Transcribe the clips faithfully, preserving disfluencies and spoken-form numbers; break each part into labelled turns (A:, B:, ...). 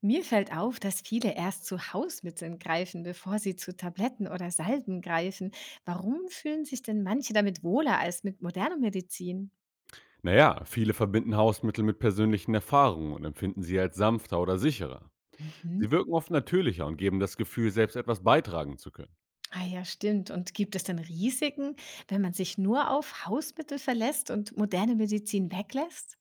A: Mir fällt auf, dass viele erst zu Hausmitteln greifen, bevor sie zu Tabletten oder Salben greifen. Warum fühlen sich denn manche damit wohler als mit moderner Medizin?
B: Naja, viele verbinden Hausmittel mit persönlichen Erfahrungen und empfinden sie als sanfter oder sicherer. Sie
A: Mhm.
B: wirken oft natürlicher und geben das Gefühl, selbst etwas beitragen zu können.
A: Ah ja, stimmt. Und gibt es denn Risiken, wenn man sich nur auf Hausmittel verlässt und moderne Medizin weglässt?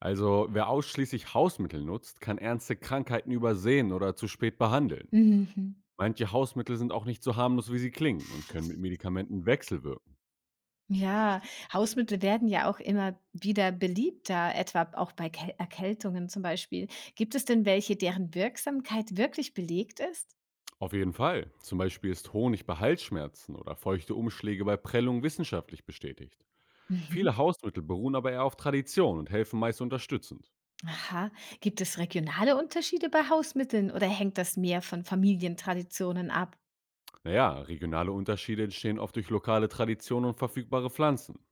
B: Also wer ausschließlich Hausmittel nutzt, kann ernste Krankheiten übersehen oder zu spät behandeln.
A: Mhm.
B: Manche Hausmittel sind auch nicht so harmlos, wie sie klingen und können mit Medikamenten wechselwirken.
A: Ja, Hausmittel werden ja auch immer wieder beliebter, etwa auch bei Kel- Erkältungen zum Beispiel. Gibt es denn welche, deren Wirksamkeit wirklich belegt ist?
B: Auf jeden Fall. Zum Beispiel ist Honig bei Halsschmerzen oder feuchte Umschläge bei Prellung wissenschaftlich bestätigt. Viele
A: Mhm.
B: Hausmittel beruhen aber eher auf Tradition und helfen meist unterstützend.
A: Aha. Gibt es regionale Unterschiede bei Hausmitteln oder hängt das mehr von Familientraditionen ab?
B: Naja, regionale Unterschiede entstehen oft durch lokale Traditionen und verfügbare Pflanzen.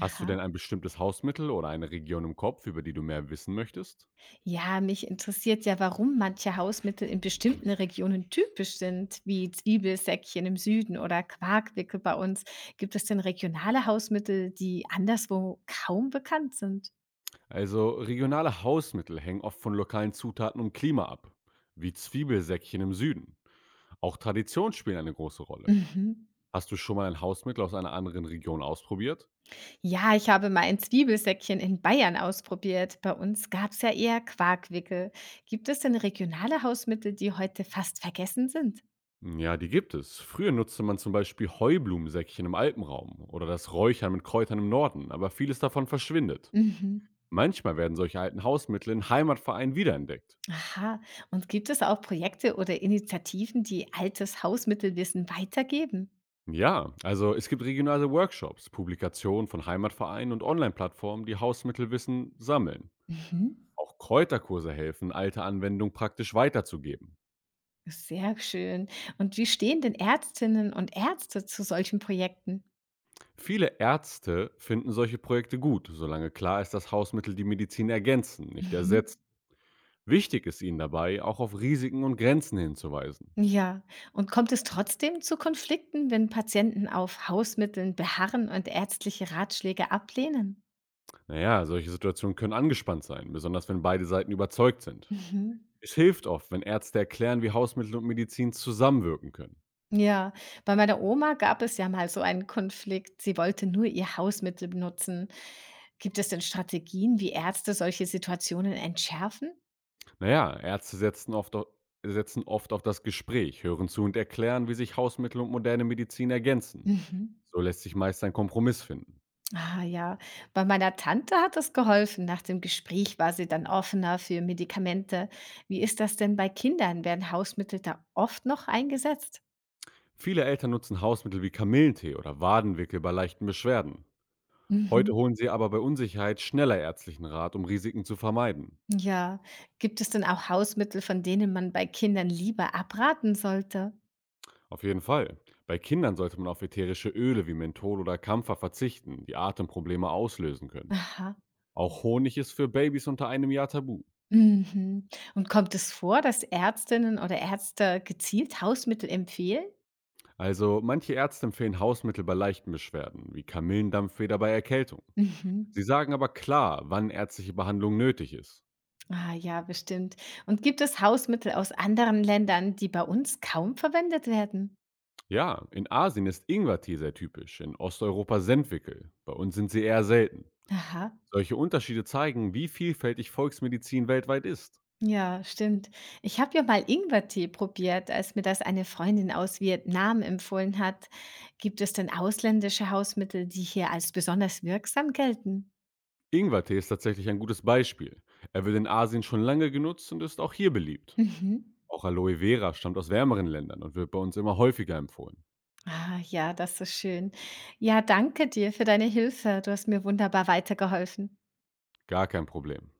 B: Hast du
A: Aha.
B: denn ein bestimmtes Hausmittel oder eine Region im Kopf, über die du mehr wissen möchtest?
A: Ja, mich interessiert ja, warum manche Hausmittel in bestimmten Regionen typisch sind, wie Zwiebelsäckchen im Süden oder Quarkwickel bei uns. Gibt es denn regionale Hausmittel, die anderswo kaum bekannt sind?
B: Also, regionale Hausmittel hängen oft von lokalen Zutaten und Klima ab, wie Zwiebelsäckchen im Süden. Auch Traditionen spielen eine große Rolle.
A: Mhm.
B: Hast du schon mal ein Hausmittel aus einer anderen Region ausprobiert?
A: Ja, ich habe mal ein Zwiebelsäckchen in Bayern ausprobiert. Bei uns gab es ja eher Quarkwickel. Gibt es denn regionale Hausmittel, die heute fast vergessen sind?
B: Ja, die gibt es. Früher nutzte man zum Beispiel Heublumensäckchen im Alpenraum oder das Räuchern mit Kräutern im Norden, aber vieles davon verschwindet.
A: Mhm.
B: Manchmal werden solche alten Hausmittel in Heimatvereinen wiederentdeckt.
A: Aha. Und gibt es auch Projekte oder Initiativen, die altes Hausmittelwissen weitergeben?
B: Ja, also es gibt regionale Workshops, Publikationen von Heimatvereinen und Online-Plattformen, die Hausmittelwissen sammeln.
A: Mhm.
B: Auch Kräuterkurse helfen, alte Anwendungen praktisch weiterzugeben.
A: Sehr schön. Und wie stehen denn Ärztinnen und Ärzte zu solchen Projekten?
B: Viele Ärzte finden solche Projekte gut, solange klar ist, dass Hausmittel die Medizin ergänzen, nicht
A: Mhm.
B: ersetzen. Wichtig ist ihnen dabei, auch auf Risiken und Grenzen hinzuweisen.
A: Ja. Und kommt es trotzdem zu Konflikten, wenn Patienten auf Hausmitteln beharren und ärztliche Ratschläge ablehnen?
B: Naja, solche Situationen können angespannt sein, besonders wenn beide Seiten überzeugt sind.
A: Mhm.
B: Es hilft oft, wenn Ärzte erklären, wie Hausmittel und Medizin zusammenwirken können.
A: Ja, bei meiner Oma gab es ja mal so einen Konflikt. Sie wollte nur ihr Hausmittel benutzen. Gibt es denn Strategien, wie Ärzte solche Situationen entschärfen?
B: Naja, Ärzte setzen oft, au- setzen oft auf das Gespräch, hören zu und erklären, wie sich Hausmittel und moderne Medizin ergänzen.
A: Mhm.
B: So lässt sich meist ein Kompromiss finden.
A: Ah ja, bei meiner Tante hat es geholfen. Nach dem Gespräch war sie dann offener für Medikamente. Wie ist das denn bei Kindern? Werden Hausmittel da oft noch eingesetzt?
B: Viele Eltern nutzen Hausmittel wie Kamillentee oder Wadenwickel bei leichten Beschwerden. Heute
A: Mhm.
B: holen sie aber bei Unsicherheit schneller ärztlichen Rat, um Risiken zu vermeiden.
A: Ja, gibt es denn auch Hausmittel, von denen man bei Kindern lieber abraten sollte?
B: Auf jeden Fall. Bei Kindern sollte man auf ätherische Öle wie Menthol oder Kampfer verzichten, die Atemprobleme auslösen können.
A: Aha.
B: Auch Honig ist für Babys unter einem Jahr tabu.
A: Mhm. Und kommt es vor, dass Ärztinnen oder Ärzte gezielt Hausmittel empfehlen?
B: Also manche Ärzte empfehlen Hausmittel bei leichten Beschwerden, wie Kamillendampfeder bei Erkältung.
A: Mhm.
B: Sie sagen aber klar, wann ärztliche Behandlung nötig ist.
A: Ah ja, bestimmt. Und gibt es Hausmittel aus anderen Ländern, die bei uns kaum verwendet werden?
B: Ja, in Asien ist Ingwertee sehr typisch, in Osteuropa Sendwickel, bei uns sind sie eher selten.
A: Aha.
B: Solche Unterschiede zeigen, wie vielfältig Volksmedizin weltweit ist.
A: Ja, stimmt. Ich habe ja mal Ingwertee probiert, als mir das eine Freundin aus Vietnam empfohlen hat. Gibt es denn ausländische Hausmittel, die hier als besonders wirksam gelten?
B: Ingwertee ist tatsächlich ein gutes Beispiel. Er wird in Asien schon lange genutzt und ist auch hier beliebt.
A: Mhm.
B: Auch Aloe Vera stammt aus wärmeren Ländern und wird bei uns immer häufiger empfohlen.
A: Ah, ja, das ist schön. Ja, danke dir für deine Hilfe. Du hast mir wunderbar weitergeholfen.
B: Gar kein Problem.